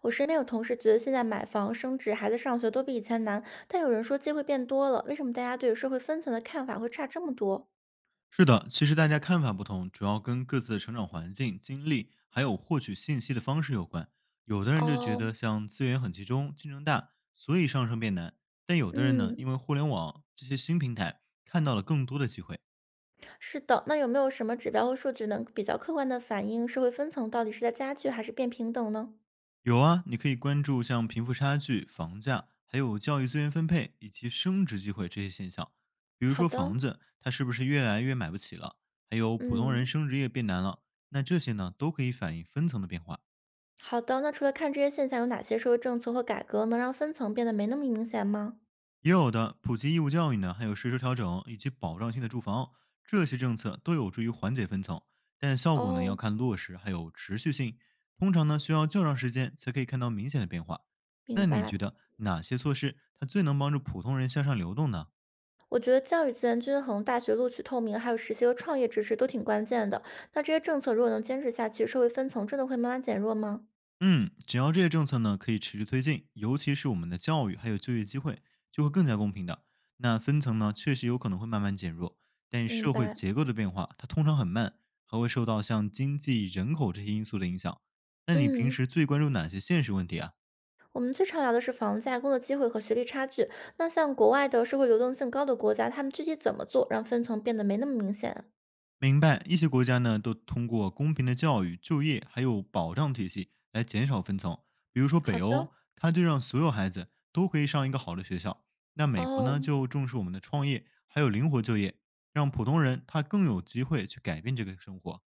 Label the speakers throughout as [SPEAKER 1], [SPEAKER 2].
[SPEAKER 1] 我身边有同事觉得现在买房、升职、孩子上学都比以前难，但有人说机会变多了，为什么大家对社会分层的看法会差这么多？
[SPEAKER 2] 是的，其实大家看法不同，主要跟各自的成长环境、经历，还有获取信息的方式有关。有的人就觉
[SPEAKER 1] 哦，
[SPEAKER 2] 得像资源很集中、竞争大，所以上升变难；但有的人呢，
[SPEAKER 1] 嗯，
[SPEAKER 2] 因为互联网这些新平台，看到了更多的机会。
[SPEAKER 1] 是的，那有没有什么指标和数据能比较客观的反映社会分层到底是在加剧还是变平等呢？
[SPEAKER 2] 有啊，你可以关注像贫富差距、房价，还有教育资源分配以及升职机会这些现象。比如
[SPEAKER 1] 好
[SPEAKER 2] 说
[SPEAKER 1] 的，
[SPEAKER 2] 房子，它是不是越来越买不起了？还有普通人
[SPEAKER 1] 嗯，
[SPEAKER 2] 升职也变难了？那这些呢，都可以反映分层的变化。
[SPEAKER 1] 好的。那除了看这些现象，有哪些社会政策或改革能让分层变得没那么明显吗？
[SPEAKER 2] 也有的普及义务教育呢，还有税收调整以及保障性的住房，这些政策都有助于缓解分层，但效果呢要
[SPEAKER 1] 哦，
[SPEAKER 2] 看落实还有持续性，通常呢需要较长时间才可以看到明显的变化。
[SPEAKER 1] 明
[SPEAKER 2] 那你
[SPEAKER 1] 白。
[SPEAKER 2] 觉得哪些措施它最能帮助普通人向上流动呢？
[SPEAKER 1] 我觉得教育资源均衡、大学录取透明，还有实习和创业支持都挺关键的。那这些政策如果能坚持下去，社会分层真的会慢慢减弱吗？
[SPEAKER 2] 嗯，只要这些政策呢可以持续推进，尤其是我们的教育还有就业机会，就会更加公平的。那分层呢，确实有可能会慢慢减弱，但
[SPEAKER 1] 明
[SPEAKER 2] 社会
[SPEAKER 1] 白。
[SPEAKER 2] 结构的变化，它通常很慢，还会受到像经济、人口这些因素的影响。那你平
[SPEAKER 1] 嗯，
[SPEAKER 2] 时最关注哪些现实问题啊？
[SPEAKER 1] 我们最常聊的是房价、工作机会和学历差距。那像国外的社会流动性高的国家，他们具体怎么做让分层变得没那么明显啊。
[SPEAKER 2] 明白，一些国家呢都通过公平的教育、就业还有保障体系来减少分层。比如说
[SPEAKER 1] 好
[SPEAKER 2] 北
[SPEAKER 1] 的，
[SPEAKER 2] 欧，它就让所有孩子都可以上一个好的学校。那美国
[SPEAKER 1] 哦，
[SPEAKER 2] 呢，就重视我们的创业还有灵活就业，让普通人他更有机会去改变这个生活。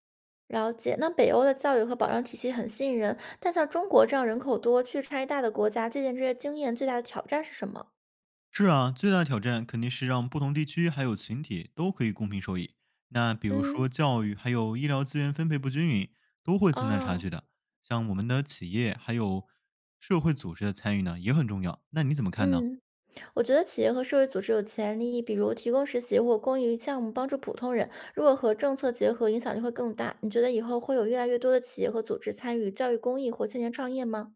[SPEAKER 1] 了解。那北欧的教育和保障体系很吸引人，但像中国这样人口多、区域差异大的国家，借鉴这些经验最大的挑战是什么？
[SPEAKER 2] 是啊，最大挑战肯定是让不同地区还有群体都可以公平受益。那比如
[SPEAKER 1] 嗯，
[SPEAKER 2] 说教育还有医疗资源分配不均匀，都会增大差
[SPEAKER 1] 哦，
[SPEAKER 2] 距的。像我们的企业还有社会组织的参与呢，也很重要。那你怎么看呢？
[SPEAKER 1] 嗯。我觉得企业和社会组织有潜力，比如提供实习或公益项目帮助普通人，如果和政策结合，影响力会更大。你觉得以后会有越来越多的企业和组织参与教育公益或青年创业吗？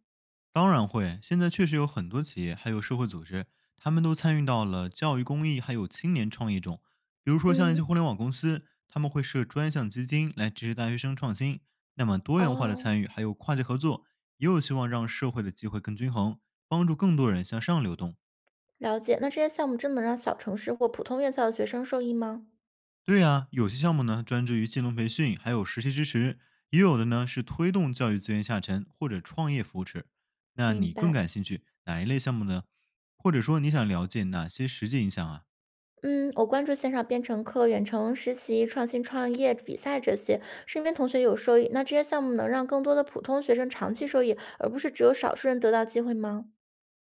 [SPEAKER 2] 当然会，现在确实有很多企业还有社会组织，他们都参与到了教育公益还有青年创业中。比如说，像一些
[SPEAKER 1] 嗯，
[SPEAKER 2] 互联网公司，他们会设专项基金来支持大学生创新。那么，多元化的
[SPEAKER 1] 哦，
[SPEAKER 2] 参与还有跨界合作，也有希望让社会的机会更均衡，帮助更多人向上流动。
[SPEAKER 1] 了解。那这些项目真的能让小城市或普通院校的学生受益吗？
[SPEAKER 2] 对呀，有些项目呢专注于技能培训，还有实习支持；也有的呢是推动教育资源下沉或者创业扶持。那
[SPEAKER 1] 明
[SPEAKER 2] 你更
[SPEAKER 1] 白。
[SPEAKER 2] 感兴趣哪一类项目呢？或者说你想了解哪些实际影响啊？
[SPEAKER 1] 嗯，我关注线上编程课、远程实习、创新创业比赛这些，身边同学有受益。那这些项目能让更多的普通学生长期受益，而不是只有少数人得到机会吗？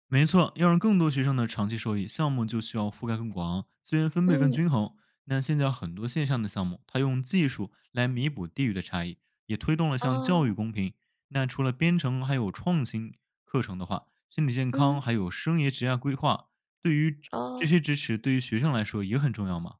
[SPEAKER 2] 没错，要让更多学生呢长期受益，项目就需要覆盖更广，资源分配更
[SPEAKER 1] 嗯，
[SPEAKER 2] 均衡。那现在很多线上的项目，它用技术来弥补地域的差异，也推动了像教育
[SPEAKER 1] 哦，
[SPEAKER 2] 公平。那除了编程还有创新课程的话，心理健康
[SPEAKER 1] 嗯，
[SPEAKER 2] 还有生涯职业规划，对于这这
[SPEAKER 1] 哦，
[SPEAKER 2] 些支持，对于学生来说也很重要嘛。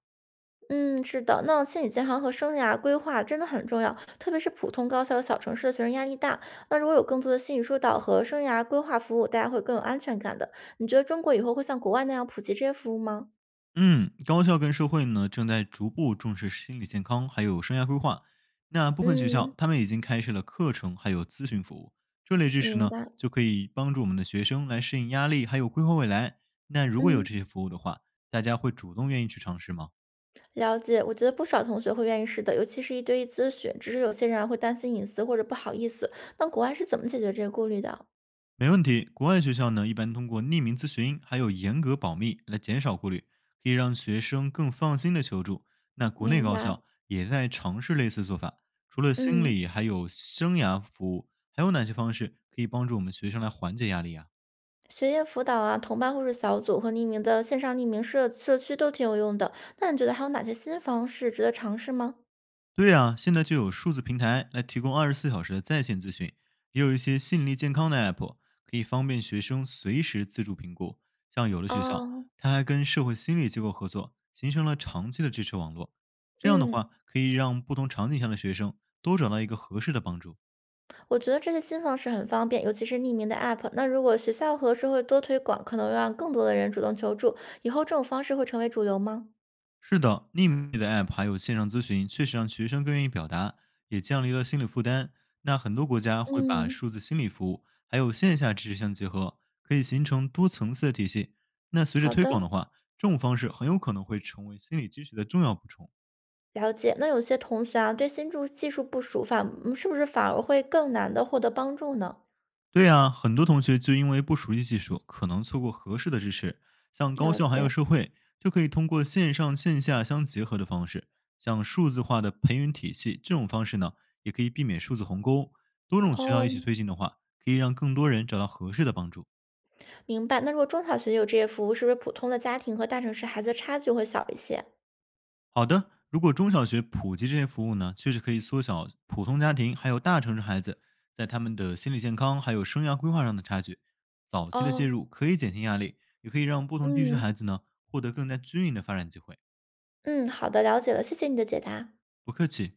[SPEAKER 1] 嗯，是的，那心理健康和生涯规划真的很重要，特别是普通高校和小城市的学生压力大。那如果有更多的心理疏导和生涯规划服务，大家会更有安全感的。你觉得中国以后会像国外那样普及这些服务吗？
[SPEAKER 2] 嗯，高校跟社会呢正在逐步重视心理健康，还有生涯规划。那部分学
[SPEAKER 1] 嗯，
[SPEAKER 2] 校他们已经开设了课程，还有咨询服务。这类知识
[SPEAKER 1] 明
[SPEAKER 2] 呢，
[SPEAKER 1] 白。
[SPEAKER 2] 就可以帮助我们的学生来适应压力，还有规划未来。那如果有
[SPEAKER 1] 嗯，
[SPEAKER 2] 这些服务的话，大家会主动愿意去尝试吗？
[SPEAKER 1] 了解。我觉得不少同学会愿意试的，尤其是一对一咨询，只是有些人啊会担心隐私或者不好意思。那国外是怎么解决这个顾虑的？
[SPEAKER 2] 没问题。国外学校呢，一般通过匿名咨询还有严格保密来减少顾虑，可以让学生更放心的求助。那国内
[SPEAKER 1] 明
[SPEAKER 2] 高
[SPEAKER 1] 白。
[SPEAKER 2] 校也在尝试类似做法，除了心
[SPEAKER 1] 嗯。
[SPEAKER 2] 理，还有生涯服务，还有哪些方式可以帮助我们学生来缓解压力啊？
[SPEAKER 1] 学业辅导啊、同伴互助小组和匿名的线上匿名社区都挺有用的。那你觉得还有哪些新方式值得尝试吗？
[SPEAKER 2] 对呀，现在就有数字平台来提供24小时的在线咨询，也有一些心理健康的 app 可以方便学生随时自助评估。像有的学校，
[SPEAKER 1] 哦，
[SPEAKER 2] 它还跟社会心理机构合作，形成了长期的支持网络。这样的
[SPEAKER 1] 嗯，
[SPEAKER 2] 话，可以让不同场景下的学生都找到一个合适的帮助。
[SPEAKER 1] 我觉得这些新方式很方便，尤其是匿名的 App。那如果学校和社会多推广，可能让更多的人主动求助。以后这种方式会成为主流吗？
[SPEAKER 2] 是的，匿名的 App 还有线上咨询，确实让学生更愿意表达，也降低了心理负担。那很多国家会把
[SPEAKER 1] 嗯，
[SPEAKER 2] 数字心理服务还有线下知识相结合，可以形成多层次的体系。那随着
[SPEAKER 1] 好
[SPEAKER 2] 推广
[SPEAKER 1] 的，
[SPEAKER 2] 的话，这种方式很有可能会成为心理支持的重要补充。
[SPEAKER 1] 了解。那有些同学啊，对新助技术不熟，是不是反而会更难的获得帮助呢？
[SPEAKER 2] 对呀、很多同学就因为不熟悉技术，可能错过合适的支持。像高
[SPEAKER 1] 了
[SPEAKER 2] 校还有
[SPEAKER 1] 解。
[SPEAKER 2] 社会，就可以通过线上线下相结合的方式，像数字化的培训体系这种方式呢，也可以避免数字鸿沟。多种渠道一
[SPEAKER 1] 哦，
[SPEAKER 2] 起推进的话，可以让更多人找到合适的帮助。
[SPEAKER 1] 明白。那如果中小学有这些服务，是不是普通的家庭和大城市孩子差距会小一些？
[SPEAKER 2] 好的，如果中小学普及这些服务呢，确实可以缩小普通家庭还有大城市孩子在他们的心理健康还有生涯规划上的差距。早期的介
[SPEAKER 1] 哦，
[SPEAKER 2] 入可以减轻压力，也可以让不同地区的
[SPEAKER 1] 嗯
[SPEAKER 2] 孩子呢获得更加均匀的发展机会。
[SPEAKER 1] 嗯，好的，了解了，谢谢你的解答。
[SPEAKER 2] 不客气。